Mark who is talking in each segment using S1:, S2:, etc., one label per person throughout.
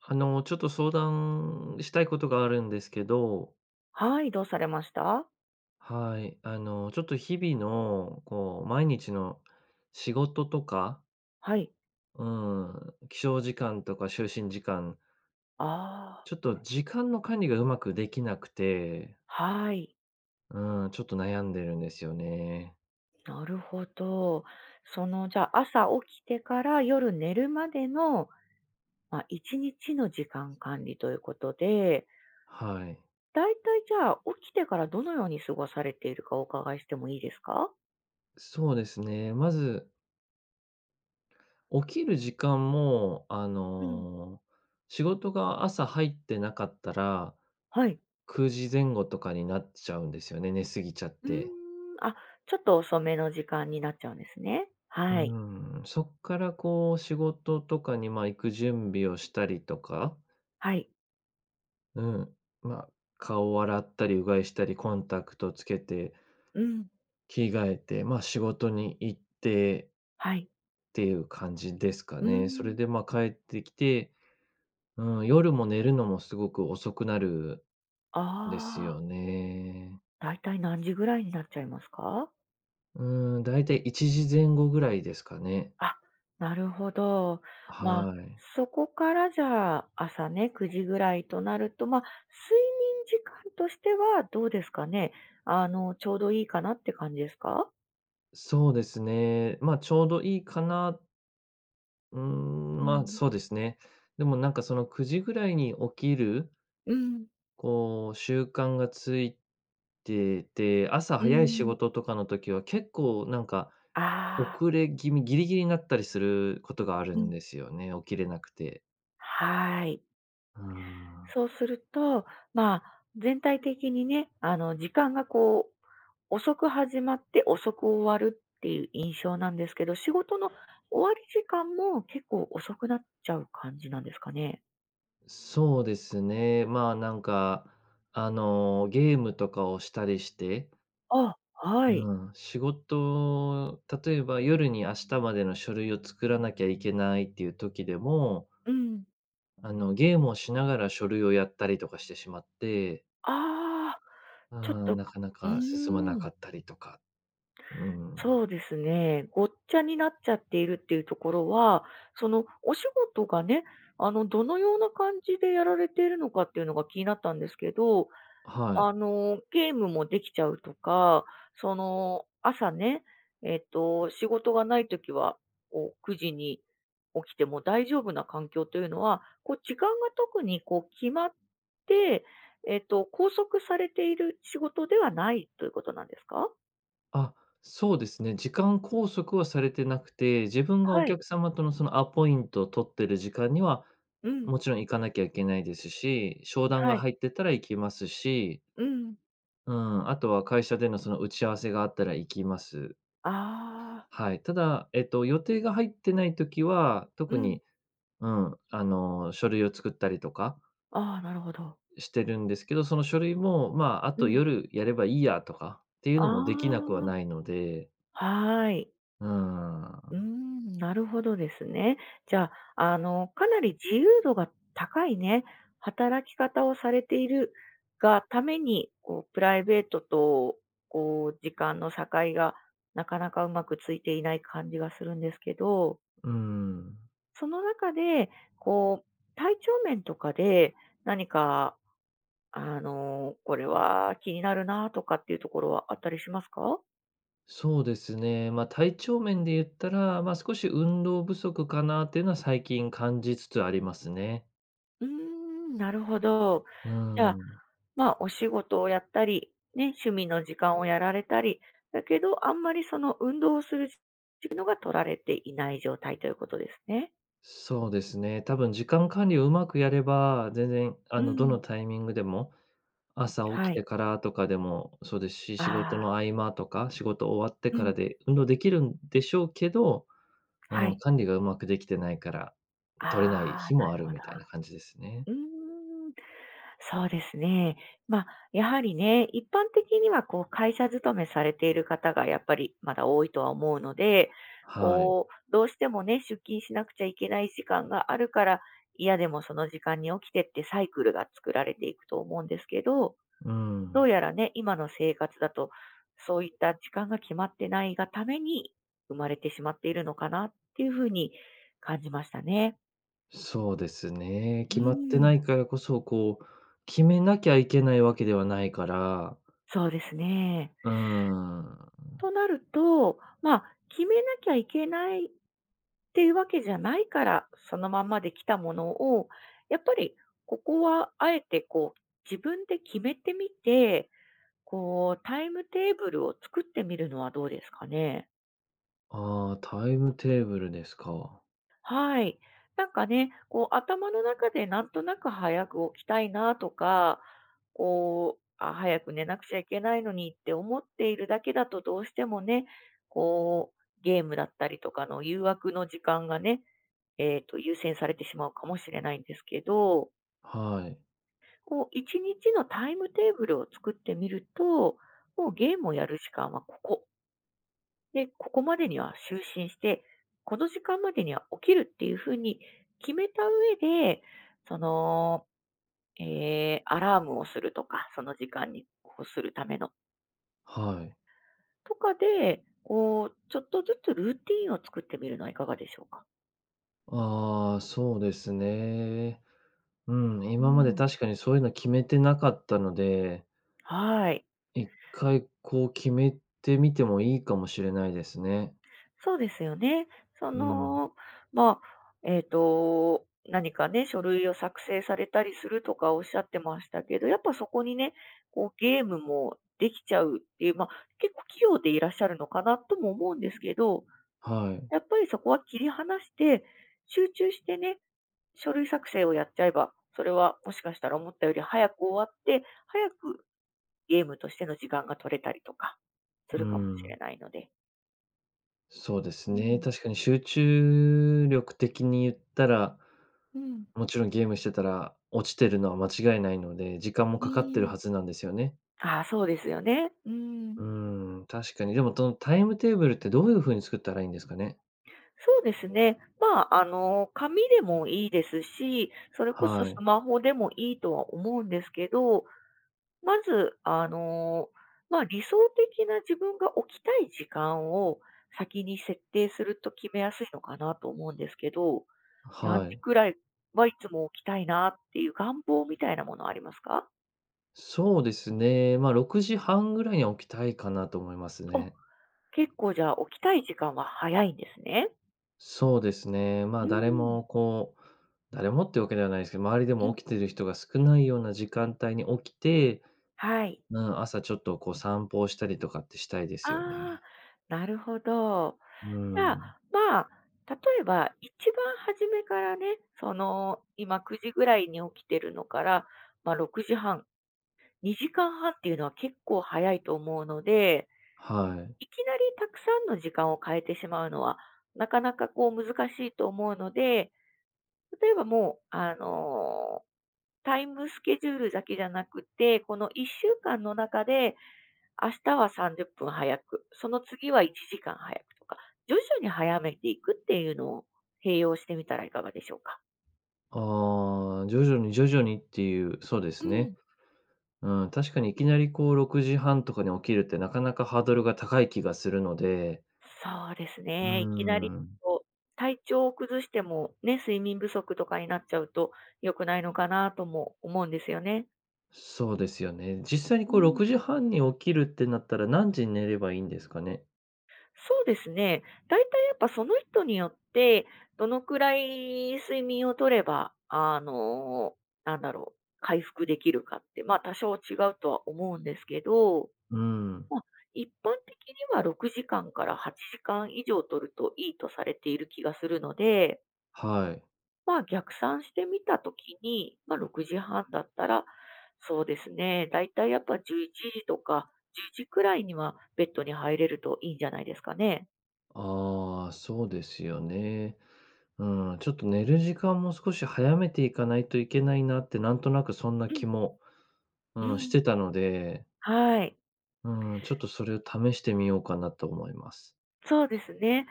S1: ちょっと相談したいことがあるんですけど、
S2: はい、どうされました？
S1: はい。ちょっと日々の、こう、毎日の仕事とか、
S2: はい。
S1: うん、起床時間とか就寝時間、
S2: ああ、
S1: ちょっと時間の管理がうまくできなくて、
S2: はい。
S1: うん、ちょっと悩んでるんですよね。
S2: なるほど。じゃあ、朝起きてから夜寝るまでの、一日の時間管理ということで、
S1: はい。
S2: だいたいじゃあ、起きてからどのように過ごされているかお伺いしてもいいですか？
S1: そうですね。まず、起きる時間も、
S2: うん。
S1: 仕事が朝入ってなかったら、
S2: はい。
S1: 9時前後とかになっちゃうんですよね、寝すぎちゃっ
S2: うー
S1: て。
S2: ん、あ、ちょっと遅めの時間になっちゃうんですね。
S1: う
S2: はい。
S1: ーん、そっからこう仕事とかに、ま、行く準備をしたりとか、
S2: はい。
S1: うん、ま、顔を洗ったり、うがいしたり、コンタクトつけて、
S2: うん。
S1: 着替えて、ま、仕事に行って
S2: はい。
S1: っていう感じですか
S2: うー
S1: ね。それ
S2: ん。
S1: で、ま、帰ってきて、うん、夜も寝るのもすごく遅くなるんです
S2: ああ、
S1: よね。
S2: だいたい何時ぐらいになっちゃいますか？
S1: うん、だいたい1時前後ぐらいですかね。
S2: あ、なるほど。まあ、
S1: はい。
S2: そこからじゃあ、朝ね、9時ぐらいとなると、まあ、睡眠時間としてはどうですかね。ちょうどいいかなって感じですか？
S1: そうですね。ま、ちょうどいいかな。うー
S2: う
S1: ん、まあ、
S2: ん、
S1: そうですね。でもなんかその9時ぐらいに起きる、
S2: うん、
S1: こう習慣がついてて、朝
S2: う
S1: 早い仕
S2: ん。
S1: 事とかの時は結構なんか
S2: ああ、
S1: 遅れ気味、ギリギリになったりすることがある
S2: うん。
S1: んですよね、起きれなくて。
S2: はい。
S1: うーん。
S2: そうすると、まあ、全体的にね、時間がこう遅く始まって遅く終わるっていう印象なんですけど、仕事の終わり時間も結構遅くなっちゃう感じなんですかね？
S1: そうですね。まあ、なんか、ゲームとかをしたりして、
S2: あ、はい。
S1: うん、仕事例えば夜に明日までの書類を作らなきゃいけないっていう時でも
S2: うん。
S1: ゲームをしながら書類をやったりとかしてしまって、
S2: ああ、ちょっ
S1: ああ、
S2: と
S1: なかな
S2: う
S1: か進まな
S2: ーん。
S1: かったりとか、うん。
S2: そうですね。ごっちゃになっちゃっているっていうところは、そのお仕事がね、どのような感じでやられているのかっていうのが気になったんですけど、
S1: はい。
S2: ゲームもできちゃうとか、その、朝ね、仕事がないときは、こう、9時に起きても大丈夫な環境というのは、こう、時間が特に、こう、決まって、拘束されている仕事ではないということなんですか？
S1: あ、そうですね、時間拘束はされてなくて、自分がお
S2: はい。
S1: 客様とのそのアポイントを取ってる時間には、
S2: うん。
S1: もちろん行かなきゃいけないですし、商談
S2: は
S1: が
S2: い。
S1: 入ってたら行きますし、
S2: うん。
S1: うん、あとは会社でのその打ち合わせがあったら行きます。
S2: ああ。
S1: はい。ただ、予定が入ってない時は、
S2: う
S1: 特
S2: ん。
S1: に、うん、書類を作ったりとか
S2: ああ、なるほど。
S1: してるんですけど、その書類も、まあ、あ
S2: う
S1: と
S2: ん。
S1: 夜やればいいやとかっていうのもできなくは
S2: あ
S1: ないので、
S2: あ、はい。
S1: うん、う
S2: うーん、なるほどですね。じゃあ、かなり自由度が高いね、働き方をされているがために、こう、プライベートと、こう、時間の境がなかなかうまくついていない感じがするんですけど、
S1: ん、
S2: その中で、こう、体調面とかで何か、これは気になるなとかっていうところはあったりしますか？
S1: そうですね。まあ、体調面で言ったら、まあ、少し運動不足かなっていうのは最近感じつつありますね。
S2: うーん、なるほど。
S1: う
S2: じゃあ
S1: ん、
S2: まあ、お仕事をやったり、ね、趣味の時間をやられたり、だけど、あんまりその運動をする時間のが取られていない状態ということですね。
S1: そうですね。多分時間管理をうまくやれば、全然
S2: う
S1: どの
S2: ん。
S1: タイミングでも、朝
S2: は
S1: 起き
S2: い。
S1: てからとかでもそうですし、仕事
S2: あ
S1: の
S2: あ。
S1: 合間とか、仕事終わって
S2: う
S1: か
S2: ん。
S1: らで運動できるんでしょうけど、
S2: は
S1: うん、
S2: い。
S1: 管理がうまくできてないから、取れない
S2: ああ、な
S1: 日もある
S2: る
S1: みたいな感じですね。
S2: ほど。うーん。そうですね。まあ、やはりね、一般的にはこう会社勤めされている方がやっぱりまだ多いとは思うので、
S1: はい。
S2: こう、どうしてもね、出勤しなくちゃいけない時間があるから、嫌でもその時間に起きてってサイクルが作られていくと思うんですけど、
S1: う
S2: ど
S1: ん。
S2: うやらね、今の生活だと、そういった時間が決まってないがために生まれてしまっているのかなっていうふうに感じましたね。
S1: そうですね。
S2: う
S1: 決まって
S2: ん、
S1: ないからこそ、こう、決めなきゃいけないわけではないから、
S2: そうですね。
S1: うーん。
S2: となると、まあ、決めなきゃいけないっていうわけじゃないから、そのまんまできたものを、やっぱりここはあえてこう、自分で決めてみて、こう、タイムテーブルを作ってみるのはどうですかね？
S1: ああ、タイムテーブルですか。
S2: はい。なんかね、こう頭の中でなんとなく早く起きたいなとか、こう、あ、早く寝なくちゃいけないのにって思っているだけだとどうしてもね、こう、ゲームだったりとかの誘惑の時間がね、優先されてしまうかもしれないんですけど、
S1: はい。
S2: こう、一日のタイムテーブルを作ってみると、もうゲームをやる時間はここで、ここまでには就寝して、この時間までには起きるっていう風に決めた上で、その、アラームをするとか、その時間にこうするための
S1: はい。
S2: とかで、こう、ちょっとずつルーティンを作ってみるのはいかがでしょうか？
S1: ああ、そうですね。うん、
S2: う
S1: 今まで
S2: ん。
S1: 確かにそういうの決めてなかったので、
S2: はい。
S1: 一回こう決めてみてもいいかもしれないですね。
S2: そうですよね。そ
S1: うん、
S2: の、まあ、何かね、書類を作成されたりするとかおっしゃってましたけど、やっぱそこにね、こうゲームもできちゃうっていう、まあ、結構器用でいらっしゃるのかなとも思うんですけど、
S1: はい。
S2: やっぱりそこは切り離して、集中してね、書類作成をやっちゃえば、それはもしかしたら思ったより早く終わって、早くゲームとしての時間が取れたりとかす
S1: う
S2: るかもしれ
S1: ん、
S2: ないので。
S1: そうです
S2: う
S1: ね。
S2: ん、
S1: 確かに集中力的に言ったら、
S2: うん、
S1: もちろんゲームしてたら落ちてるのは間違いないので、時間も
S2: え
S1: かかってるはず
S2: え
S1: なんですよね。
S2: ああ、そうですよね。う
S1: う
S2: ん。
S1: ん、確かに。でも、そのタイムテーブルってどういう風に作ったらいいんですかね？
S2: そうですね。紙でもいいですし、それこそ
S1: は
S2: ス
S1: い。
S2: マホでもいいとは思うんですけど、まず、理想的な自分が起きたい時間を先に設定すると決めやすいのかなと思うんですけど、何
S1: は
S2: 時
S1: い。
S2: くらいはいつも起きたいなっていう願望みたいなものありますか？
S1: そうですね。まあ、6時半ぐらいには起きたいかなと思います
S2: あ、
S1: ね。
S2: 結構じゃあ起きたい時間は早いんですね。
S1: そうですね。まあ、
S2: う
S1: 誰
S2: ん。
S1: もこう、誰もってわけではないですけど、周りで
S2: う
S1: も
S2: ん。
S1: 起きてる人が少ないような時間帯に起きて、
S2: はい。
S1: うん、朝ちょっとこう散歩をしたりとかってしたいですよ
S2: ああ、
S1: ね。
S2: なるほど。
S1: う
S2: じゃあ、
S1: ん、
S2: まあ、例えば一番初めからね、その、今9時ぐらいに起きてるのから、まあ、6時半、2時間半っていうのは結構早いと思うので、
S1: はい。
S2: いきなりたくさんの時間を変えてしまうのは、なかなかこう難しいと思うので、例えばもう、タイムスケジュールだけじゃなくて、この1週間の中で明日は30分早く、その次は1時間早くとか、徐々に早めていくっていうのを併用してみたらいかがでしょうか？
S1: ああ、徐々に徐々にっていう、そうで
S2: う
S1: すね。
S2: ん。
S1: うん、確かにいきなりこう6時半とかに起きるってなかなかハードルが高い気がするので、
S2: そうです
S1: う
S2: ね。いきなり
S1: ん、
S2: こう、体調を崩しても、ね、睡眠不足とかになっちゃうと良くないのかなとも思うんですよね。
S1: そうですよね。実際に
S2: う
S1: こう
S2: ん。
S1: 6時半に起きるってなったら何時に寝ればいいんですかね？
S2: そうですね。だいたいやっぱその人によって、どのくらい睡眠を取れば、回復できるかって、まあ、多少違うとは思うんですけど
S1: うん、
S2: まあ、一般的には6時間かんから8時間以上取るといいとされている気がするので、
S1: はい。
S2: まあ、逆算してみたときに、まあ、6時半だったら、そうですね、だいたいやっぱ11時とか10時くらいにはベッドに入れるといいんじゃないですかね。
S1: ああ、そうですよね。うん、ちょっと寝る時間も少し早めていかないといけないなって、なんとなくそんな
S2: うん。
S1: 気も、
S2: う
S1: うん、し
S2: ん。
S1: てたので、
S2: はい。
S1: うん、ちょっとそれを試してみようかなと思います。
S2: そうですね。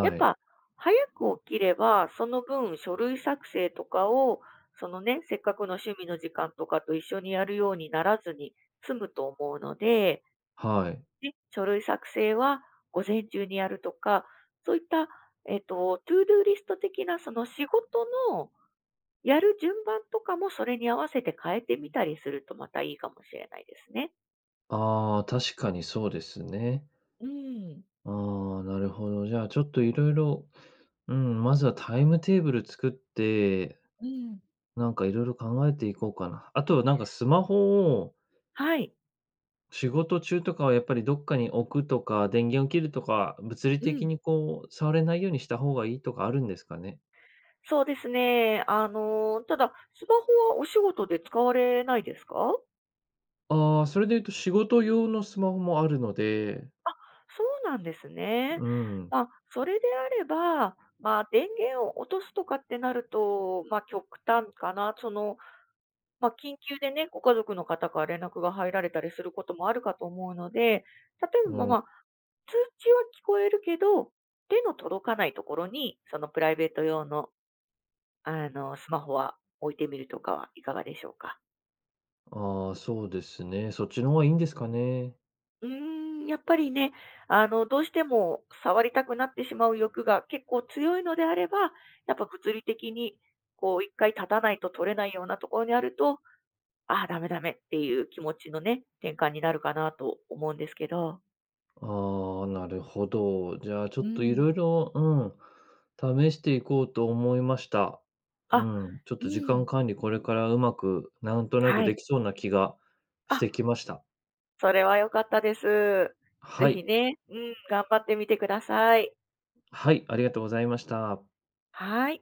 S2: やっ
S1: い。
S2: ぱ、早く起きれば、その分書類作成とかを、そのね、せっかくの趣味の時間とかと一緒にやるようにならずに済むと思うので、
S1: はい。
S2: ね、書類作成は午前中にやるとか、そういった、トゥードゥーリスト的なその仕事のやる順番とかもそれに合わせて変えてみたりするとまたいいかもしれないですね。
S1: ああ、確かにそうですね。
S2: うん、
S1: ああ、なるほど。じゃあちょっといろいろ、うん、まずはタイムテーブル作って、
S2: うん、
S1: なんかいろいろ考えていこうかな。あとはなんかスマホを
S2: はい。
S1: 仕事中とかはやっぱりどっかに置くとか、電源を切るとか、物理
S2: う
S1: 的
S2: ん。
S1: にこう触れないようにした方がいいとかあるんですかね？
S2: そうですね。ただ、スマホはお仕事で使われないですか？
S1: ああ、それで言うと仕事用のスマホもあるので、
S2: そうなんですね。
S1: うん。
S2: まあ、それであれば、まあ、電源を落とすとかってなると、まあ、極端かな。まあ、緊急でね、ご家族の方から連絡が入られたりすることもあるかと思うので、例えば、
S1: お、
S2: まあ通知は聞こえるけど、手の届かないところに、そのプライベート用の、スマホは置いてみるとかはいかがでしょうか？
S1: ああ、そうですね。そっちの方がいいんですかね。
S2: うーん、やっぱりね、どうしても触りたくなってしまう欲が結構強いのであれば、やっぱ物理的に、こう、一回立たないと取れないようなところにあると、ああ、ダメダメっていう気持ちのね、転換になるかなと思うんですけど。
S1: ああ、なるほど。じゃあちょ
S2: う
S1: っとい
S2: ん。
S1: ろいろ、うん、試していこうと思いました。う
S2: あ。
S1: ん、ちょっ
S2: う
S1: と時
S2: ん。
S1: 間管理これからうまく、なんとなく
S2: はい。
S1: できそうな気がし
S2: あ、
S1: てきました。
S2: それは良かったです。ぜ
S1: は
S2: ひ
S1: い。
S2: ね、うん、頑張ってみてください。
S1: はい、ありがとうございました。
S2: はい。